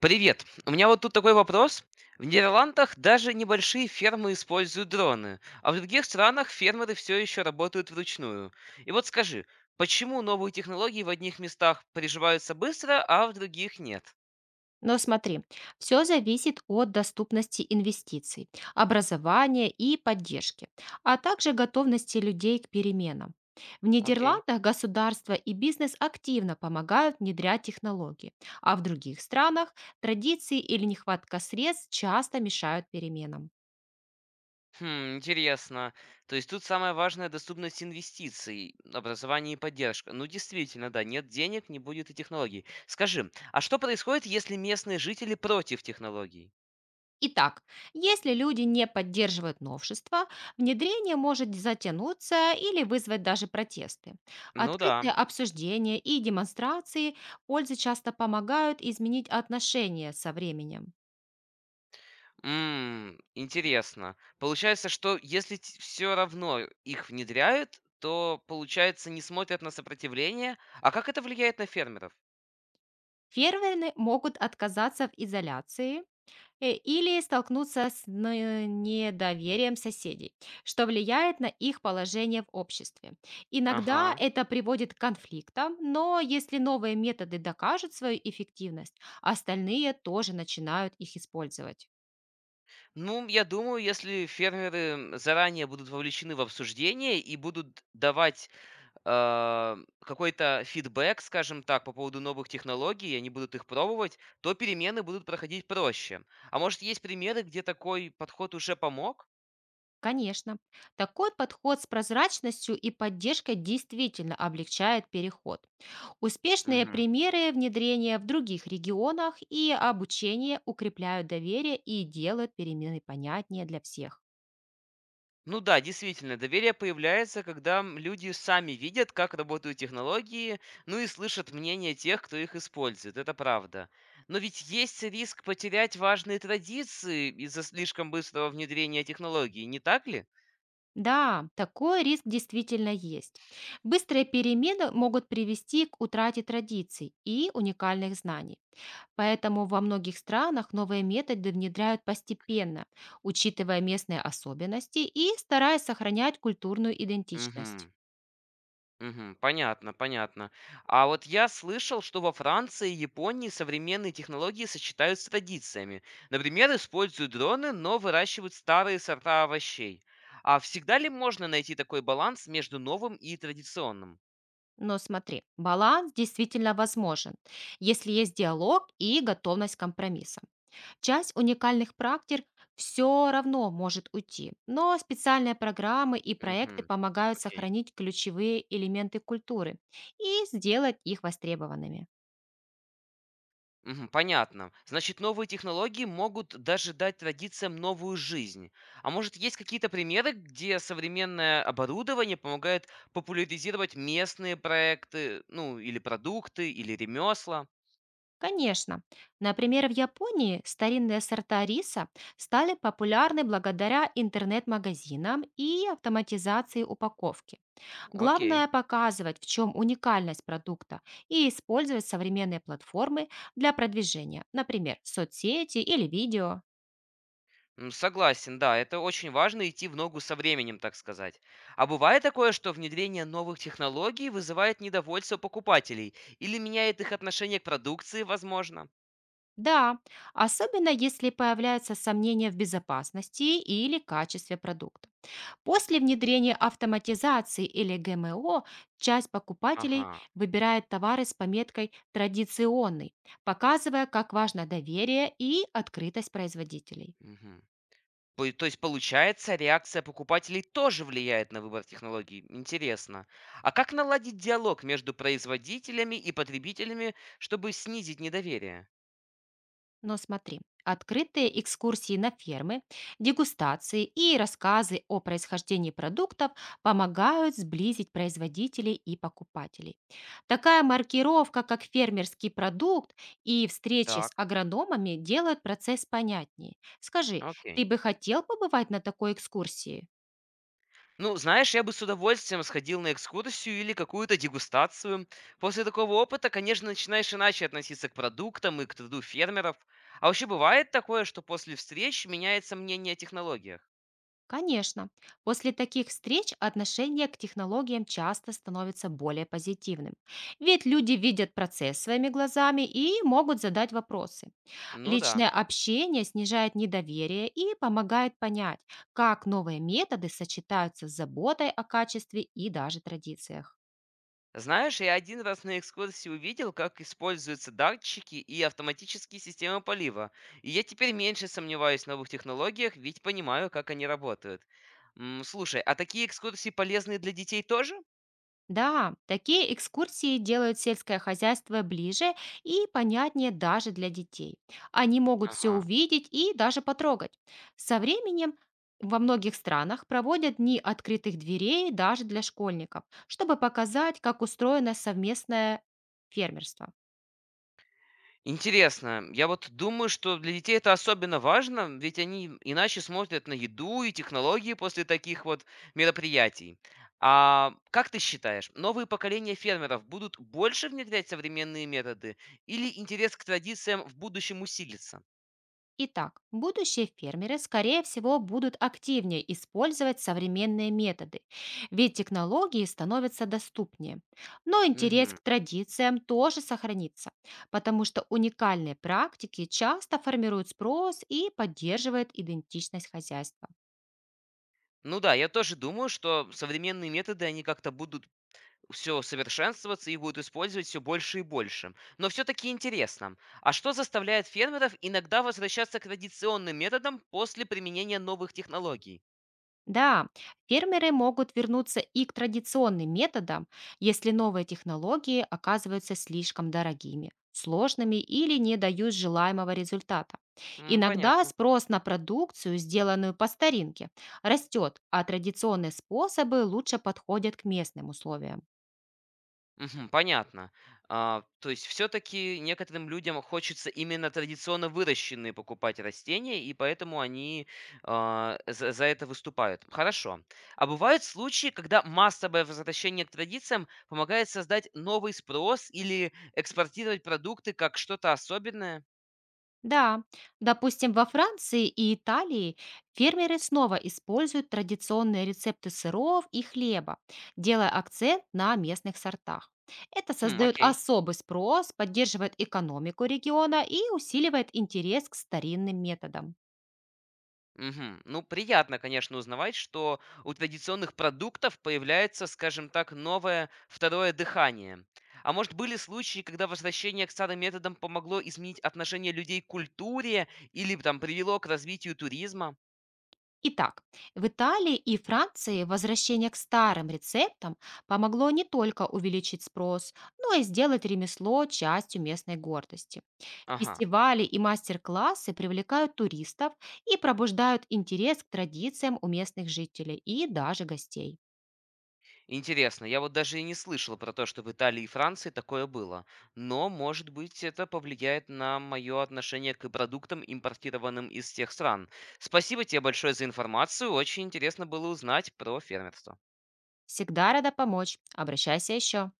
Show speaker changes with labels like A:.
A: Привет. У меня вот тут такой вопрос. В Нидерландах даже небольшие фермы используют дроны, а в других странах фермеры все еще работают вручную. И вот скажи, почему новые технологии в одних местах приживаются быстро, а в других нет?
B: Но смотри, все зависит от доступности инвестиций, образования и поддержки, а также готовности людей к переменам. В
A: Окей.
B: Нидерландах государство и бизнес активно помогают внедрять технологии, а в других странах традиции или нехватка средств часто мешают переменам.
A: Хм, интересно. То есть тут самое важное доступность инвестиций, образование и поддержка. Ну, действительно, да, нет денег, не будет и технологий. Скажи, а что происходит, если местные жители против технологий?
B: Итак, если люди не поддерживают новшества, внедрение может затянуться или вызвать даже протесты.
A: Ну да.
B: Открытые обсуждения и демонстрации пользы часто помогают изменить отношения со временем.
A: М, интересно. Получается, что если все равно их внедряют, то, получается, не смотрят на сопротивление. А как это влияет на фермеров?
B: Ферверны могут отказаться в изоляции, или столкнуться с недоверием соседей, что влияет на их положение в обществе. Иногда
A: Ага.
B: это приводит к конфликтам, но если новые методы докажут свою эффективность, остальные тоже начинают их использовать.
A: Ну, я думаю, если фермеры заранее будут вовлечены в обсуждение и будут давать э, какой-то фидбэк, скажем так, по поводу новых технологий, и они будут их пробовать, то перемены будут проходить проще. А может, есть примеры, где такой подход уже помог?
B: Конечно, такой подход с прозрачностью и поддержкой действительно облегчает переход. Успешные
A: Мгм.
B: примеры внедрения в других регионах и обучение укрепляют доверие и делают перемены понятнее для всех.
A: Ну да, действительно, доверие появляется, когда люди сами видят, как работают технологии, ну и слышат мнение тех, кто их использует. Это правда. Но ведь есть риск потерять важные традиции из-за слишком быстрого внедрения технологий, не так ли?
B: Да, такой риск действительно есть. Быстрые перемены могут привести к утрате традиций и уникальных знаний. Поэтому во многих странах новые методы внедряют постепенно, учитывая местные особенности и стараясь сохранять культурную идентичность.
A: Угу. Мгм. Понятно, понятно. А вот я слышал, что во Франции и Японии современные технологии сочетают с традициями. Например, используют дроны, но выращивают старые сорта овощей. А всегда ли можно найти такой баланс между новым и традиционным?
B: Но смотри, баланс действительно возможен, если есть диалог и готовность к компромиссам. Часть уникальных практик все равно может уйти, но специальные программы и проекты
A: Угу.
B: помогают
A: Окей.
B: сохранить ключевые элементы культуры и сделать их востребованными.
A: Мгм. Понятно. Значит, новые технологии могут даже дать традициям новую жизнь. А может, есть какие-то примеры, где современное оборудование помогает популяризировать местные проекты, ну, или продукты, или ремесла?
B: Конечно, например, в Японии старинные сорта риса стали популярны благодаря интернет-магазинам и автоматизации упаковки.
A: Окей.
B: Главное показывать, в чем уникальность продукта, и использовать современные платформы для продвижения, например, соцсети или видео.
A: Согласен, да, это очень важно идти в ногу со временем, так сказать. А бывает такое, что внедрение новых технологий вызывает недовольство покупателей или меняет их отношение к продукции, возможно?
B: Да, особенно если появляются сомнения в безопасности или качестве продукта. После внедрения автоматизации или ГМО часть покупателей
A: Ага.
B: выбирает товары с пометкой «традиционный», показывая, как важно доверие и открытость производителей.
A: Мгм. Пой то есть, получается, реакция покупателей тоже влияет на выбор технологий. Интересно. А как наладить диалог между производителями и потребителями, чтобы снизить недоверие?
B: Но смотри, открытые экскурсии на фермы, дегустации и рассказы о происхождении продуктов помогают сблизить производителей и покупателей. Такая маркировка, как фермерский продукт и встречи с
A: Так,
B: агрономами делают процесс понятнее. Скажи,
A: окей.
B: ты бы хотел побывать на такой экскурсии?
A: Ну, знаешь, я бы с удовольствием сходил на экскурсию или какую-то дегустацию. После такого опыта, конечно, начинаешь иначе относиться к продуктам и к труду фермеров. А вообще бывает такое, что после встреч меняется мнение о технологиях?
B: Конечно, после таких встреч отношение к технологиям часто становится более позитивным, ведь люди видят процесс своими глазами и могут задать вопросы.
A: Ну да.
B: Личное общение снижает недоверие и помогает понять, как новые методы сочетаются с заботой о качестве и даже традициях.
A: Знаешь, я один раз на экскурсии увидел, как используются датчики и автоматические системы полива. И я теперь меньше сомневаюсь в новых технологиях, ведь понимаю, как они работают. Слушай, а такие экскурсии полезны для детей тоже?
B: Да, такие экскурсии делают сельское хозяйство ближе и понятнее даже для детей. Они могут все
A: Ага.
B: увидеть и даже потрогать. Со временем во многих странах проводят дни открытых дверей даже для школьников, чтобы показать, как устроено совместное фермерство.
A: Интересно. Я вот думаю, что для детей это особенно важно, ведь они иначе смотрят на еду и технологии после таких вот мероприятий. А как ты считаешь, новые поколения фермеров будут больше внедрять современные методы или интерес к традициям в будущем усилится?
B: Итак, будущие фермеры, скорее всего, будут активнее использовать современные методы, ведь технологии становятся доступнее. Но интерес
A: Мгм.
B: к традициям тоже сохранится, потому что уникальные практики часто формируют спрос и поддерживают идентичность хозяйства.
A: Ну да, я тоже думаю, что современные методы, они как-то будут все совершенствоваться и будут использовать все больше и больше. Но все-таки интересно, а что заставляет фермеров иногда возвращаться к традиционным методам после применения новых технологий?
B: Да, фермеры могут вернуться и к традиционным методам, если новые технологии оказываются слишком дорогими, сложными или не дают желаемого результата. Иногда
A: Понятно.
B: спрос на продукцию, сделанную по старинке, растет, а традиционные способы лучше подходят к местным условиям.
A: Мгм. Понятно. А, то есть все-таки некоторым людям хочется именно традиционно выращенные покупать растения, и поэтому они за это выступают. Хорошо. А бывают случаи, когда массовое возвращение к традициям помогает создать новый спрос или экспортировать продукты как что-то особенное?
B: Да, допустим, во Франции и Италии фермеры снова используют традиционные рецепты сыров и хлеба, делая акцент на местных сортах. Это
A: Хм,
B: создает
A: окей.
B: особый спрос, поддерживает экономику региона и усиливает интерес к старинным методам.
A: Мгм. Ну, приятно, конечно, узнавать, что у традиционных продуктов появляется, скажем так, новое второе дыхание. А может, были случаи, когда возвращение к старым методам помогло изменить отношение людей к культуре или там привело к развитию туризма?
B: Итак, в Италии и Франции возвращение к старым рецептам помогло не только увеличить спрос, но и сделать ремесло частью местной гордости.
A: Ага,
B: Фестивали и мастер-классы привлекают туристов и пробуждают интерес к традициям у местных жителей и даже гостей.
A: интересно, я вот даже и не слышал про то, что в Италии и Франции такое было. Но, может быть, это повлияет на мое отношение к продуктам, импортированным из тех стран. Спасибо тебе большое за информацию, очень интересно было узнать про фермерство.
B: Всегда рада помочь. Обращайся еще.